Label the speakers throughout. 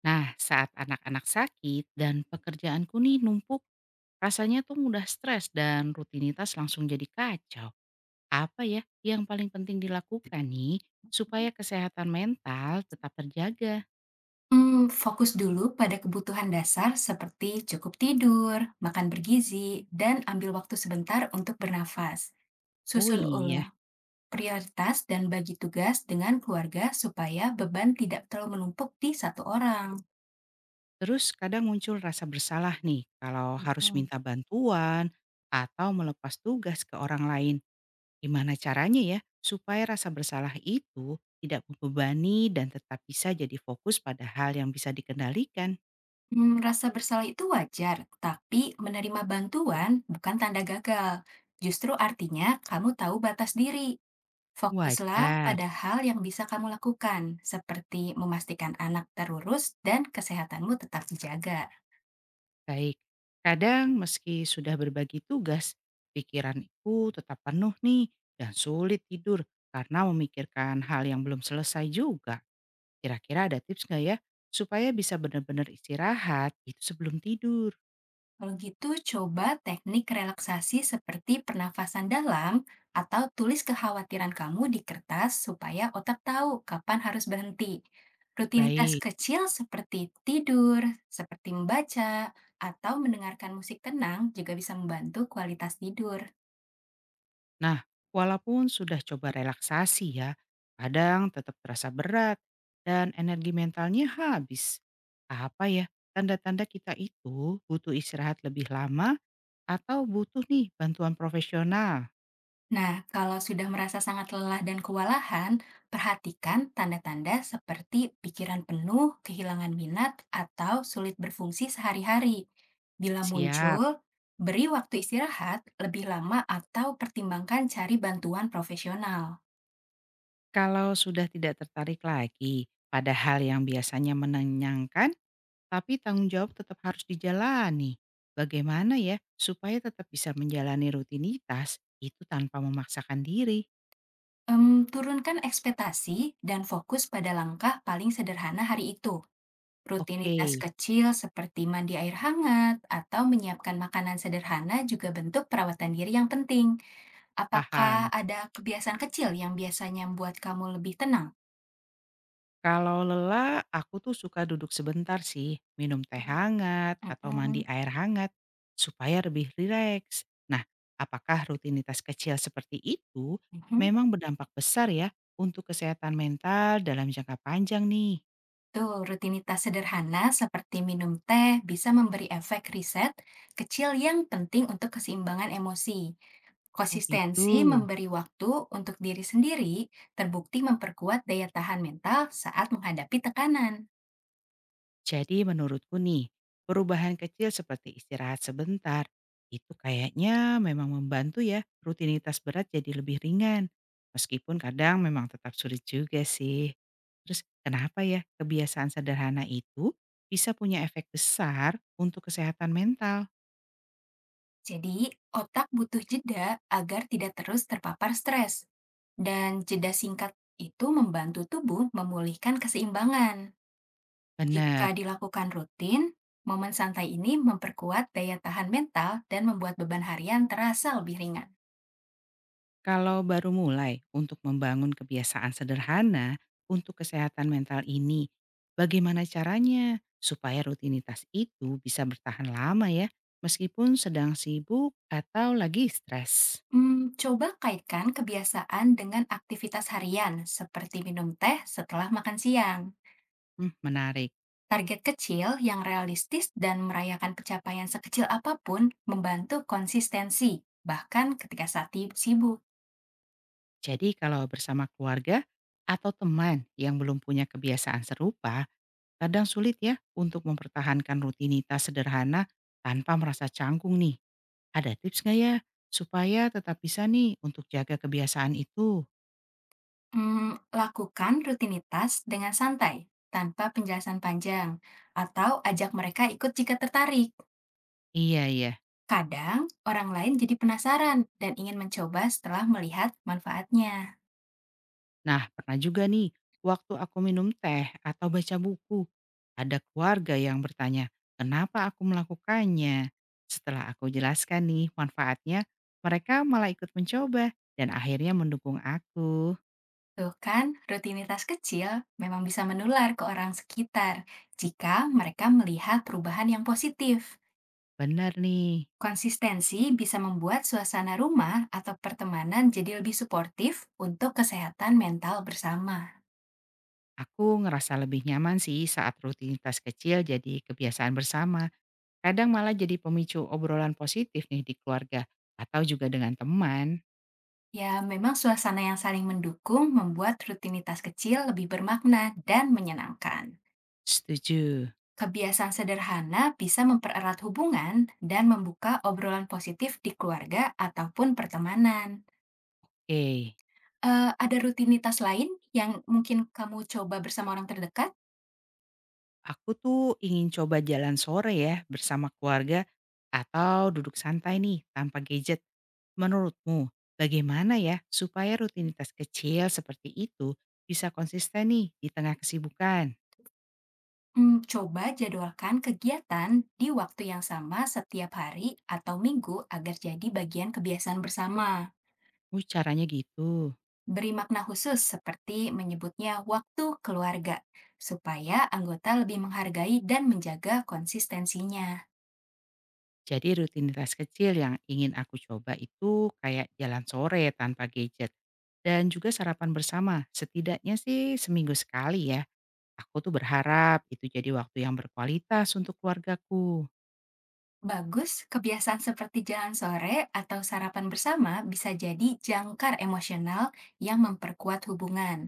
Speaker 1: Nah, saat anak-anak sakit dan pekerjaanku nih numpuk, rasanya tuh mudah stres dan rutinitas langsung jadi kacau. Apa ya yang paling penting dilakukan nih supaya kesehatan mental tetap terjaga?
Speaker 2: Fokus dulu pada kebutuhan dasar seperti cukup tidur, makan bergizi, dan ambil waktu sebentar untuk bernafas.
Speaker 1: Oh
Speaker 2: Susun
Speaker 1: iya,
Speaker 2: ulang prioritas dan bagi tugas dengan keluarga supaya beban tidak terlalu menumpuk di satu orang.
Speaker 1: terus kadang muncul rasa bersalah nih kalau harus
Speaker 2: Mhm.
Speaker 1: minta bantuan atau melepas tugas ke orang lain. Gimana caranya ya supaya rasa bersalah itu tidak membebani dan tetap bisa jadi fokus pada hal yang bisa dikendalikan?
Speaker 2: Rasa bersalah itu wajar, tapi menerima bantuan bukan tanda gagal. Justru artinya kamu tahu batas diri. Fokuslah
Speaker 1: Wajar,
Speaker 2: pada hal yang bisa kamu lakukan, seperti memastikan anak terurus dan kesehatanmu tetap dijaga.
Speaker 1: baik. Kadang meski sudah berbagi tugas, pikiranku tetap penuh nih dan sulit tidur karena memikirkan hal yang belum selesai juga. Kira-kira ada tips nggak ya supaya bisa benar-benar istirahat itu sebelum tidur?
Speaker 2: Kalau gitu, coba teknik relaksasi seperti pernafasan dalam atau tulis kekhawatiran kamu di kertas supaya otak tahu kapan harus berhenti. Rutinitas
Speaker 1: Baik.
Speaker 2: kecil seperti tidur, seperti membaca, atau mendengarkan musik tenang juga bisa membantu kualitas tidur.
Speaker 1: Nah, walaupun sudah coba relaksasi ya, kadang tetap terasa berat dan energi mentalnya habis. Apa ya, tanda-tanda kita itu butuh istirahat lebih lama atau butuh nih bantuan profesional?
Speaker 2: Nah, kalau sudah merasa sangat lelah dan kewalahan, perhatikan tanda-tanda seperti pikiran penuh, kehilangan minat, atau sulit berfungsi sehari-hari. Bila
Speaker 1: Siap.
Speaker 2: muncul, beri waktu istirahat lebih lama atau pertimbangkan cari bantuan profesional.
Speaker 1: Kalau sudah tidak tertarik lagi pada hal yang biasanya menenangkan, tapi tanggung jawab tetap harus dijalani. Bagaimana ya supaya tetap bisa menjalani rutinitas itu tanpa memaksakan diri?
Speaker 2: Turunkan ekspektasi dan fokus pada langkah paling sederhana hari itu.
Speaker 1: Oke,
Speaker 2: Rutinitas kecil seperti mandi air hangat atau menyiapkan makanan sederhana juga bentuk perawatan diri yang penting. Apakah
Speaker 1: paham.
Speaker 2: ada kebiasaan kecil yang biasanya membuat kamu lebih tenang?
Speaker 1: Kalau lelah, aku tuh suka duduk sebentar sih, minum teh
Speaker 2: Mmm.
Speaker 1: hangat atau mandi
Speaker 2: Mhm
Speaker 1: air hangat supaya lebih rileks. Nah, apakah rutinitas kecil seperti itu
Speaker 2: mhm.
Speaker 1: memang berdampak besar ya untuk kesehatan mental dalam jangka panjang nih?
Speaker 2: Tuh, rutinitas sederhana seperti minum teh bisa memberi efek riset kecil yang penting untuk keseimbangan emosi.
Speaker 1: Oh gitu.
Speaker 2: Konsistensi memberi waktu untuk diri sendiri terbukti memperkuat daya tahan mental saat menghadapi tekanan.
Speaker 1: Jadi menurutku nih, perubahan kecil seperti istirahat sebentar, itu kayaknya memang membantu ya rutinitas berat jadi lebih ringan. Meskipun kadang memang tetap sulit juga sih. Terus kenapa ya kebiasaan sederhana itu bisa punya efek besar untuk kesehatan mental?
Speaker 2: Jadi, otak butuh jeda agar tidak terus terpapar stres, dan jeda singkat itu membantu tubuh memulihkan keseimbangan. Jika
Speaker 1: Benar.
Speaker 2: dilakukan rutin, momen santai ini memperkuat daya tahan mental dan membuat beban harian terasa lebih ringan.
Speaker 1: Kalau baru mulai untuk membangun kebiasaan sederhana untuk kesehatan mental ini, bagaimana caranya supaya rutinitas itu bisa bertahan lama ya, meskipun sedang sibuk atau lagi stres?
Speaker 2: Hmm, coba kaitkan kebiasaan dengan aktivitas harian seperti minum teh setelah makan siang.
Speaker 1: Hmm, menarik.
Speaker 2: Target kecil yang realistis dan merayakan pencapaian sekecil apapun membantu konsistensi, bahkan ketika sibuk.
Speaker 1: Jadi kalau bersama keluarga atau teman yang belum punya kebiasaan serupa, kadang sulit ya untuk mempertahankan rutinitas sederhana tanpa merasa canggung nih. Ada tips nggak ya supaya tetap bisa nih untuk jaga kebiasaan itu?
Speaker 2: Hmm, lakukan rutinitas dengan santai, tanpa penjelasan panjang, atau ajak mereka ikut jika tertarik.
Speaker 1: Iya, iya.
Speaker 2: Kadang, orang lain jadi penasaran dan ingin mencoba setelah melihat manfaatnya.
Speaker 1: Nah, pernah juga nih, waktu aku minum teh atau baca buku, ada keluarga yang bertanya, kenapa aku melakukannya? Setelah aku jelaskan nih manfaatnya, mereka malah ikut mencoba dan akhirnya mendukung aku.
Speaker 2: Tuh kan, rutinitas kecil memang bisa menular ke orang sekitar jika mereka melihat perubahan yang positif.
Speaker 1: Benar nih,
Speaker 2: Konsistensi bisa membuat suasana rumah atau pertemanan jadi lebih suportif untuk kesehatan mental bersama.
Speaker 1: aku ngerasa lebih nyaman sih saat rutinitas kecil jadi kebiasaan bersama. Kadang malah jadi pemicu obrolan positif nih di keluarga atau juga dengan teman.
Speaker 2: Ya, memang suasana yang saling mendukung membuat rutinitas kecil lebih bermakna dan menyenangkan.
Speaker 1: Setuju.
Speaker 2: Kebiasaan sederhana bisa mempererat hubungan dan membuka obrolan positif di keluarga ataupun pertemanan.
Speaker 1: Oke.
Speaker 2: Ada rutinitas lain yang mungkin kamu coba bersama orang terdekat?
Speaker 1: Aku tuh ingin coba jalan sore ya bersama keluarga atau duduk santai nih tanpa gadget. Menurutmu bagaimana ya supaya rutinitas kecil seperti itu bisa konsisten nih di tengah kesibukan?
Speaker 2: Hmm, coba jadwalkan kegiatan di waktu yang sama setiap hari atau minggu agar jadi bagian kebiasaan bersama.
Speaker 1: Caranya gitu.
Speaker 2: Beri makna khusus seperti menyebutnya waktu keluarga, supaya anggota lebih menghargai dan menjaga konsistensinya.
Speaker 1: Jadi rutinitas kecil yang ingin aku coba itu kayak jalan sore tanpa gadget. Dan juga sarapan bersama, setidaknya sih seminggu sekali ya. Aku tuh berharap itu jadi waktu yang berkualitas untuk keluargaku.
Speaker 2: Bagus, kebiasaan seperti jalan sore atau sarapan bersama bisa jadi jangkar emosional yang memperkuat hubungan.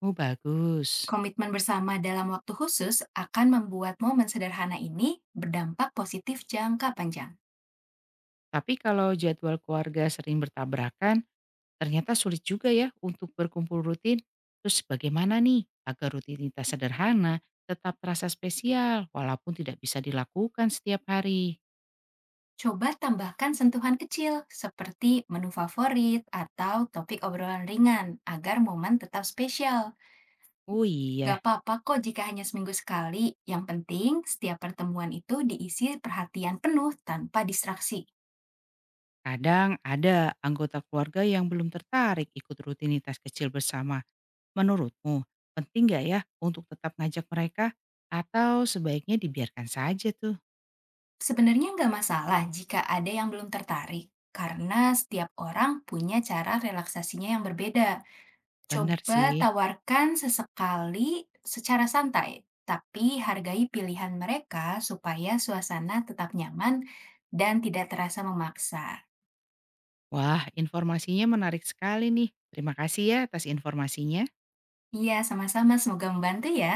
Speaker 1: Oh bagus.
Speaker 2: Komitmen bersama dalam waktu khusus akan membuat momen sederhana ini berdampak positif jangka panjang.
Speaker 1: Tapi kalau jadwal keluarga sering bertabrakan, ternyata sulit juga ya untuk berkumpul rutin. Terus bagaimana nih agar rutinitas sederhana tetap terasa spesial walaupun tidak bisa dilakukan setiap hari?
Speaker 2: Coba tambahkan sentuhan kecil seperti menu favorit atau topik obrolan ringan agar momen tetap spesial.
Speaker 1: Oh
Speaker 2: Gak
Speaker 1: iya,
Speaker 2: apa-apa kok jika hanya seminggu sekali. Yang penting, setiap pertemuan itu diisi perhatian penuh tanpa distraksi.
Speaker 1: kadang ada anggota keluarga yang belum tertarik ikut rutinitas kecil bersama. Menurutmu penting nggak ya untuk tetap ngajak mereka? Atau sebaiknya dibiarkan saja tuh?
Speaker 2: Sebenarnya nggak masalah jika ada yang belum tertarik, karena setiap orang punya cara relaksasinya yang berbeda.
Speaker 1: Benar
Speaker 2: Coba
Speaker 1: sih.
Speaker 2: tawarkan sesekali secara santai, tapi hargai pilihan mereka supaya suasana tetap nyaman dan tidak terasa memaksa.
Speaker 1: Wah, informasinya menarik sekali nih. Terima kasih ya atas informasinya.
Speaker 2: Iya, sama-sama. Semoga membantu ya.